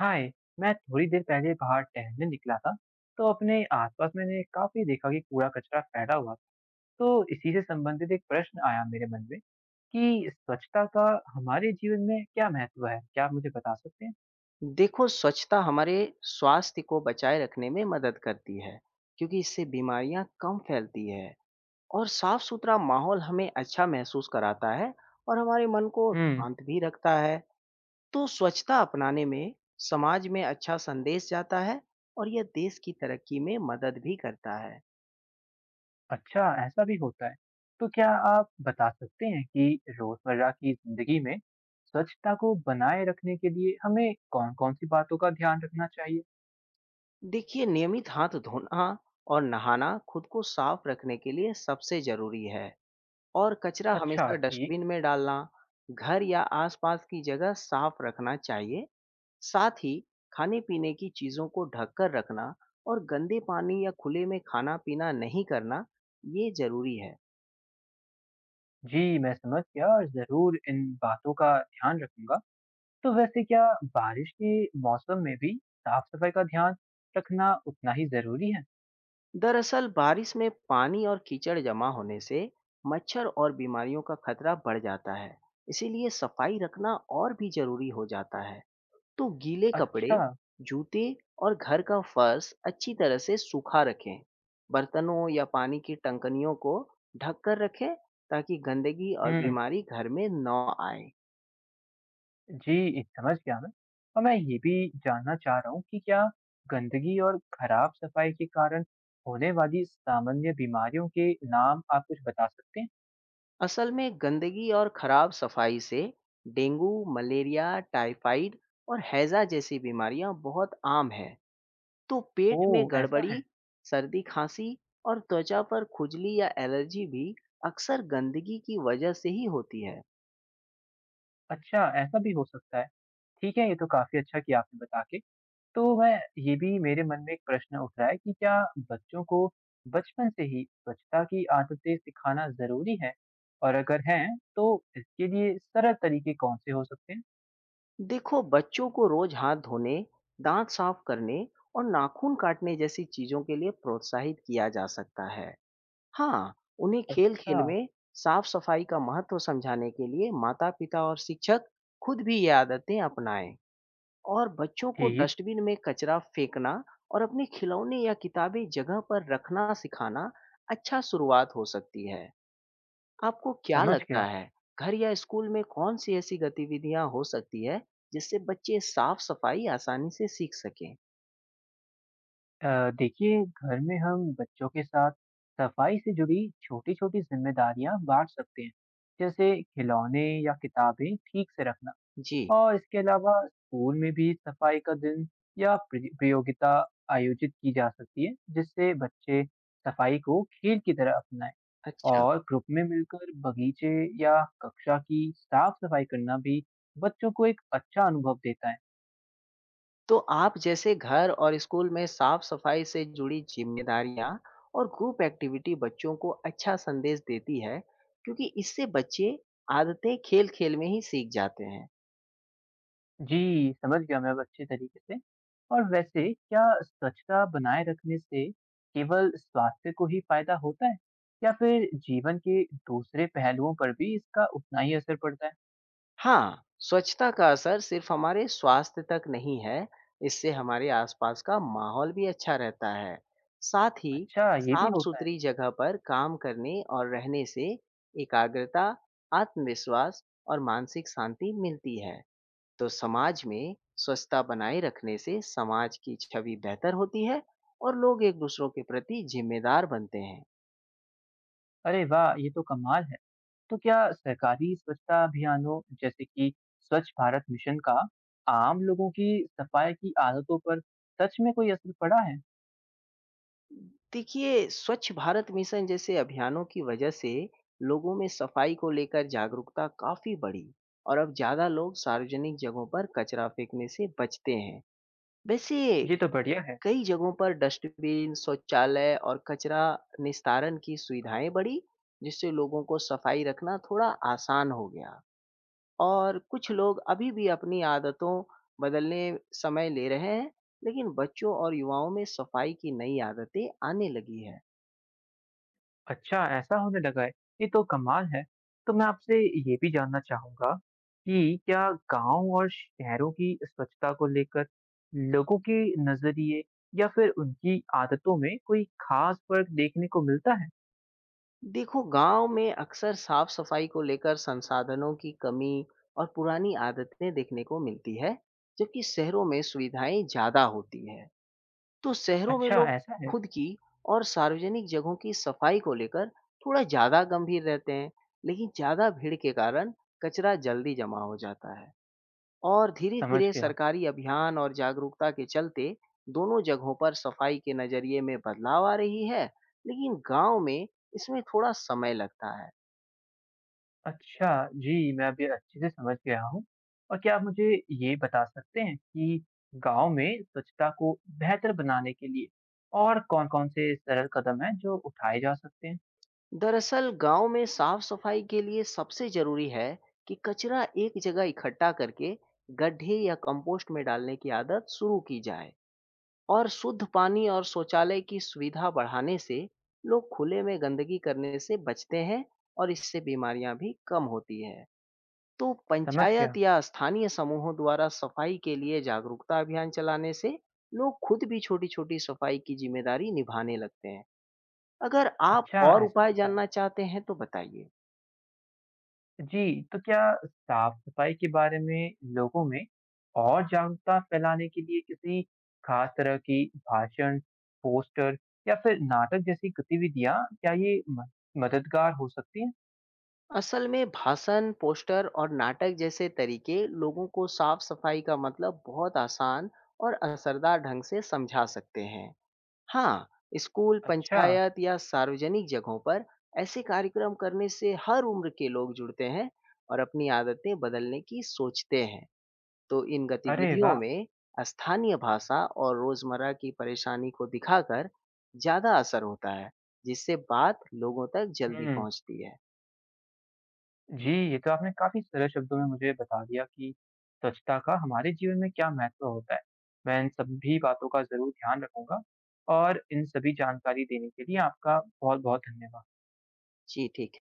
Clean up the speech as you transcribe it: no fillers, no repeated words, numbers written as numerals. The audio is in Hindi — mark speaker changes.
Speaker 1: हाय। मैं थोड़ी देर पहले बाहर टहलने निकला था, तो अपने आसपास मैंने काफी देखा कि कूड़ा कचरा फैला हुआ था। तो इसी से संबंधित एक प्रश्न आया मेरे मन में कि स्वच्छता का हमारे जीवन में क्या महत्व है, क्या आप मुझे बता सकते हैं।
Speaker 2: देखो, स्वच्छता हमारे स्वास्थ्य को बचाए रखने में मदद करती है, क्योंकि इससे बीमारियां कम फैलती है और साफ-सुथरा माहौल हमें अच्छा महसूस कराता है और हमारे मन को
Speaker 1: हम्म।
Speaker 2: शांत भी रखता है। तो स्वच्छता अपनाने में समाज में अच्छा संदेश जाता है और यह देश की तरक्की में मदद भी करता है।
Speaker 1: अच्छा, ऐसा भी होता है। तो क्या आप बता सकते हैं कि रोजमर्रा की जिंदगी में स्वच्छता को बनाए रखने के लिए हमें कौन कौन सी बातों का ध्यान रखना चाहिए।
Speaker 2: देखिए, नियमित हाथ धोना और नहाना खुद को साफ रखने के लिए सबसे जरूरी है और कचरा
Speaker 1: अच्छा,
Speaker 2: हमेशा
Speaker 1: ठीक।
Speaker 2: डस्टबिन में डालना, घर या आसपास की जगह साफ रखना चाहिए। साथ ही खाने-पीने की चीज़ों को ढककर रखना और गंदे पानी या खुले में खाना-पीना नहीं करना, ये ज़रूरी है।
Speaker 1: जी, मैं समझ गया और जरूर इन बातों का ध्यान रखूंगा। तो वैसे क्या बारिश के मौसम में भी साफ-सफाई का ध्यान रखना उतना ही ज़रूरी है?
Speaker 2: दरअसल बारिश में पानी और कीचड़ जमा होने से मच्छर और बीमारियों का खतरा बढ़ जाता है, इसीलिए सफाई रखना और भी ज़रूरी हो जाता है। तो गीले
Speaker 1: अच्छा,
Speaker 2: कपड़े, जूते और घर का फर्श अच्छी तरह से सूखा रखें। बर्तनों या पानी की टंकनियों को ढक कर रखें ताकि गंदगी और
Speaker 1: हुँ,
Speaker 2: बीमारी घर में न आए।
Speaker 1: जी, समझ गया मैं। और मैं ये भी जानना चाह रहा हूँ कि क्या गंदगी और खराब सफाई के कारण होने वाली सामान्य बीमारियों के नाम आप कुछ बता सकते हैं?
Speaker 2: असल में गंदगी और खराब सफाई से डेंगू, मलेरिया, टाइफाइड और हैजा जैसी बीमारियां बहुत आम हैं। तो पेट में
Speaker 1: ओह! ऐसा
Speaker 2: गड़बड़ी,
Speaker 1: है।
Speaker 2: सर्दी खांसी और त्वचा पर खुजली या एलर्जी भी अक्सर गंदगी की वजह से ही होती है।
Speaker 1: अच्छा, ऐसा भी हो सकता है। ठीक है, ये तो काफ़ी अच्छा किया आपने बता के। तो मैं, ये भी मेरे मन में एक प्रश्न उठ रहा है कि क्या बच्चों को बचपन से ही स्वच्छता की आदतें सिखाना ज़रूरी है? और अगर हैं, तो इसके लिए सरल तरीके कौन से हो सकते हैं?
Speaker 2: देखो, बच्चों को रोज हाथ धोने, दांत साफ करने और नाखून काटने जैसी चीजों के लिए प्रोत्साहित किया जा सकता है। हाँ, उन्हें खेल
Speaker 1: अच्छा,
Speaker 2: खेल में साफ सफाई का महत्व समझाने के लिए माता पिता और शिक्षक खुद भी ये आदतें अपनाएं और बच्चों को
Speaker 1: ठीक,
Speaker 2: डस्टबिन में कचरा फेंकना और अपने खिलौने या किताबें जगह पर रखना सिखाना अच्छा शुरुआत हो सकती है। आपको क्या
Speaker 1: समझ
Speaker 2: लगता
Speaker 1: गया।
Speaker 2: है, घर या स्कूल में कौन सी ऐसी गतिविधियां हो सकती है जिससे बच्चे साफ सफाई आसानी से सीख सकें?
Speaker 1: देखिए, घर में हम बच्चों के साथ सफाई से जुड़ी छोटी-छोटी जिम्मेदारियां बांट सकते हैं, जैसे खिलौने या किताबें ठीक से रखना।
Speaker 2: जी।
Speaker 1: और इसके अलावा स्कूल में भी सफाई का दिन या प्रि प्रतियोगिता आयोजित की जा सकती है, जिससे बच्चे सफाई को खेल की तरह अपनाएँ।
Speaker 2: अच्छा।
Speaker 1: और ग्रुप में मिलकर बगीचे या कक्षा की साफ-सफाई करना भी बच्चों को एक अच्छा अनुभव देता है।
Speaker 2: तो आप जैसे घर और स्कूल में साफ सफाई से जुड़ी जिम्मेदारियां और ग्रुप एक्टिविटी बच्चों को अच्छा संदेश देती है, क्योंकि इससे बच्चे आदतें खेल खेल में ही सीख जाते हैं।
Speaker 1: जी, समझ गया मैं अब अच्छे तरीके से। और वैसे क्या स्वच्छता बनाए रखने से केवल स्वास्थ्य को ही फ़ायदा होता है या फिर जीवन के दूसरे पहलुओं पर भी इसका उतना ही असर पड़ता है?
Speaker 2: हाँ, स्वच्छता का असर सिर्फ हमारे स्वास्थ्य तक नहीं है, इससे हमारे आसपास का माहौल भी अच्छा रहता है। साथ ही
Speaker 1: अच्छा, ये भी होता है।
Speaker 2: साफ-सुथरी जगह पर काम करने और रहने से एकाग्रता, आत्मविश्वास और मानसिक शांति मिलती है। तो समाज में स्वच्छता बनाए रखने से समाज की छवि बेहतर होती है और लोग एक दूसरों के प्रति जिम्मेदार बनते हैं।
Speaker 1: अरे वाह! ये तो कमाल है। तो क्या सरकारी स्वच्छता अभियानों जैसे कि स्वच्छ भारत मिशन का आम लोगों की सफाई की आदतों पर सच में कोई असर पड़ा है?
Speaker 2: देखिए, स्वच्छ भारत मिशन जैसे अभियानों की वजह से लोगों में सफाई को लेकर जागरूकता काफ़ी बढ़ी और अब ज़्यादा लोग सार्वजनिक जगहों पर कचरा फेंकने से बचते हैं। वैसे
Speaker 1: ये तो बढ़िया है।
Speaker 2: कई जगहों पर डस्टबिन, शौचालय और कचरा निस्तारण की सुविधाएं बढ़ी, जिससे लोगों को सफाई रखना थोड़ा आसान हो गया। और कुछ लोग अभी भी अपनी आदतों बदलने समय ले रहे हैं, लेकिन बच्चों और युवाओं में सफाई की नई आदतें आने लगी है।
Speaker 1: अच्छा, ऐसा होने लगा है। ये तो कमाल है। तो मैं आपसे ये भी जानना चाहूँगा कि क्या गाँव और शहरों की स्वच्छता को लेकर लोगों के नज़रिए या फिर उनकी आदतों में कोई खास फ़र्क देखने को मिलता है?
Speaker 2: देखो, गांव में अक्सर साफ सफाई को लेकर संसाधनों की कमी और पुरानी आदतें देखने को मिलती है, जबकि शहरों में सुविधाएं ज्यादा होती है। तो शहरों में
Speaker 1: अच्छा,
Speaker 2: लोग
Speaker 1: ऐसा है।
Speaker 2: खुद की और सार्वजनिक जगहों की सफाई को लेकर थोड़ा ज्यादा गंभीर रहते हैं, लेकिन ज्यादा भीड़ के कारण कचरा जल्दी जमा हो जाता है। और
Speaker 1: समझ
Speaker 2: धीरे-धीरे
Speaker 1: गया।
Speaker 2: सरकारी अभियान और जागरूकता के चलते दोनों जगहों पर सफाई के नजरिए में बदलाव आ रही है, लेकिन गांव में इसमें थोड़ा समय लगता है।
Speaker 1: अच्छा, जी, मैं अभी अच्छे से समझ गया हूँ। और क्या आप मुझे ये बता सकते हैं कि गाँव में स्वच्छता को बेहतर बनाने के लिए और कौन-कौन से सरल कदम हैं जो उठाए जा सकते हैं?
Speaker 2: दरअसल गांव में साफ सफाई के लिए सबसे जरूरी है कि कचरा एक जगह इकट्ठा करके गड्ढे या कंपोस्ट में डालने की आदत शुरू की जाए और शुद्ध पानी और शौचालय की सुविधा बढ़ाने से लोग खुले में गंदगी करने से बचते हैं और इससे बीमारियां भी कम होती है। तो
Speaker 1: समझ गया।
Speaker 2: पंचायत या स्थानीय समूहों द्वारा सफाई के लिए जागरूकता अभियान चलाने से लोग खुद भी छोटी-छोटी सफाई की जिम्मेदारी निभाने लगते हैं। अगर आप
Speaker 1: अच्छा,
Speaker 2: और
Speaker 1: ऐसा
Speaker 2: उपाय
Speaker 1: होता है।
Speaker 2: जानना चाहते हैं तो बताइए।
Speaker 1: जी, तो क्या साफ-सफाई के बारे में लोगों में और जागरूकता फैलाने के लिए किसी खास तरह की भाषण, पोस्टर या फिर नाटक जैसी गतिविधियाँ, क्या ये म मददगार हो सकती हैं?
Speaker 2: असल में भाषण, पोस्टर और नाटक जैसे तरीके लोगों को साफ सफाई का मतलब बहुत आसान और असरदार ढंग से समझा सकते हैं। हाँ, स्कूल,
Speaker 1: अच्छा,
Speaker 2: पंचायत या सार्वजनिक जगहों पर ऐसे कार्यक्रम करने से हर उम्र के लोग जुड़ते हैं और अपनी आदतें बदलने की सोचते हैं। तो इन
Speaker 1: अरे
Speaker 2: गतिविधियों
Speaker 1: वाह!
Speaker 2: में स्थानीय भाषा और रोजमर्रा की परेशानी को दिखाकर ज्यादा असर होता है, जिससे बात लोगों तक जल्दी
Speaker 1: हुँ।
Speaker 2: पहुंचती है।
Speaker 1: जी, ये तो आपने काफ़ी सरल शब्दों में मुझे बता दिया कि स्वच्छता का हमारे जीवन में क्या महत्व होता है। मैं इन सभी बातों का ज़रूर ध्यान रखूँगा और इन सभी जानकारी देने के लिए आपका बहुत-बहुत धन्यवाद।
Speaker 2: जी, ठीक है।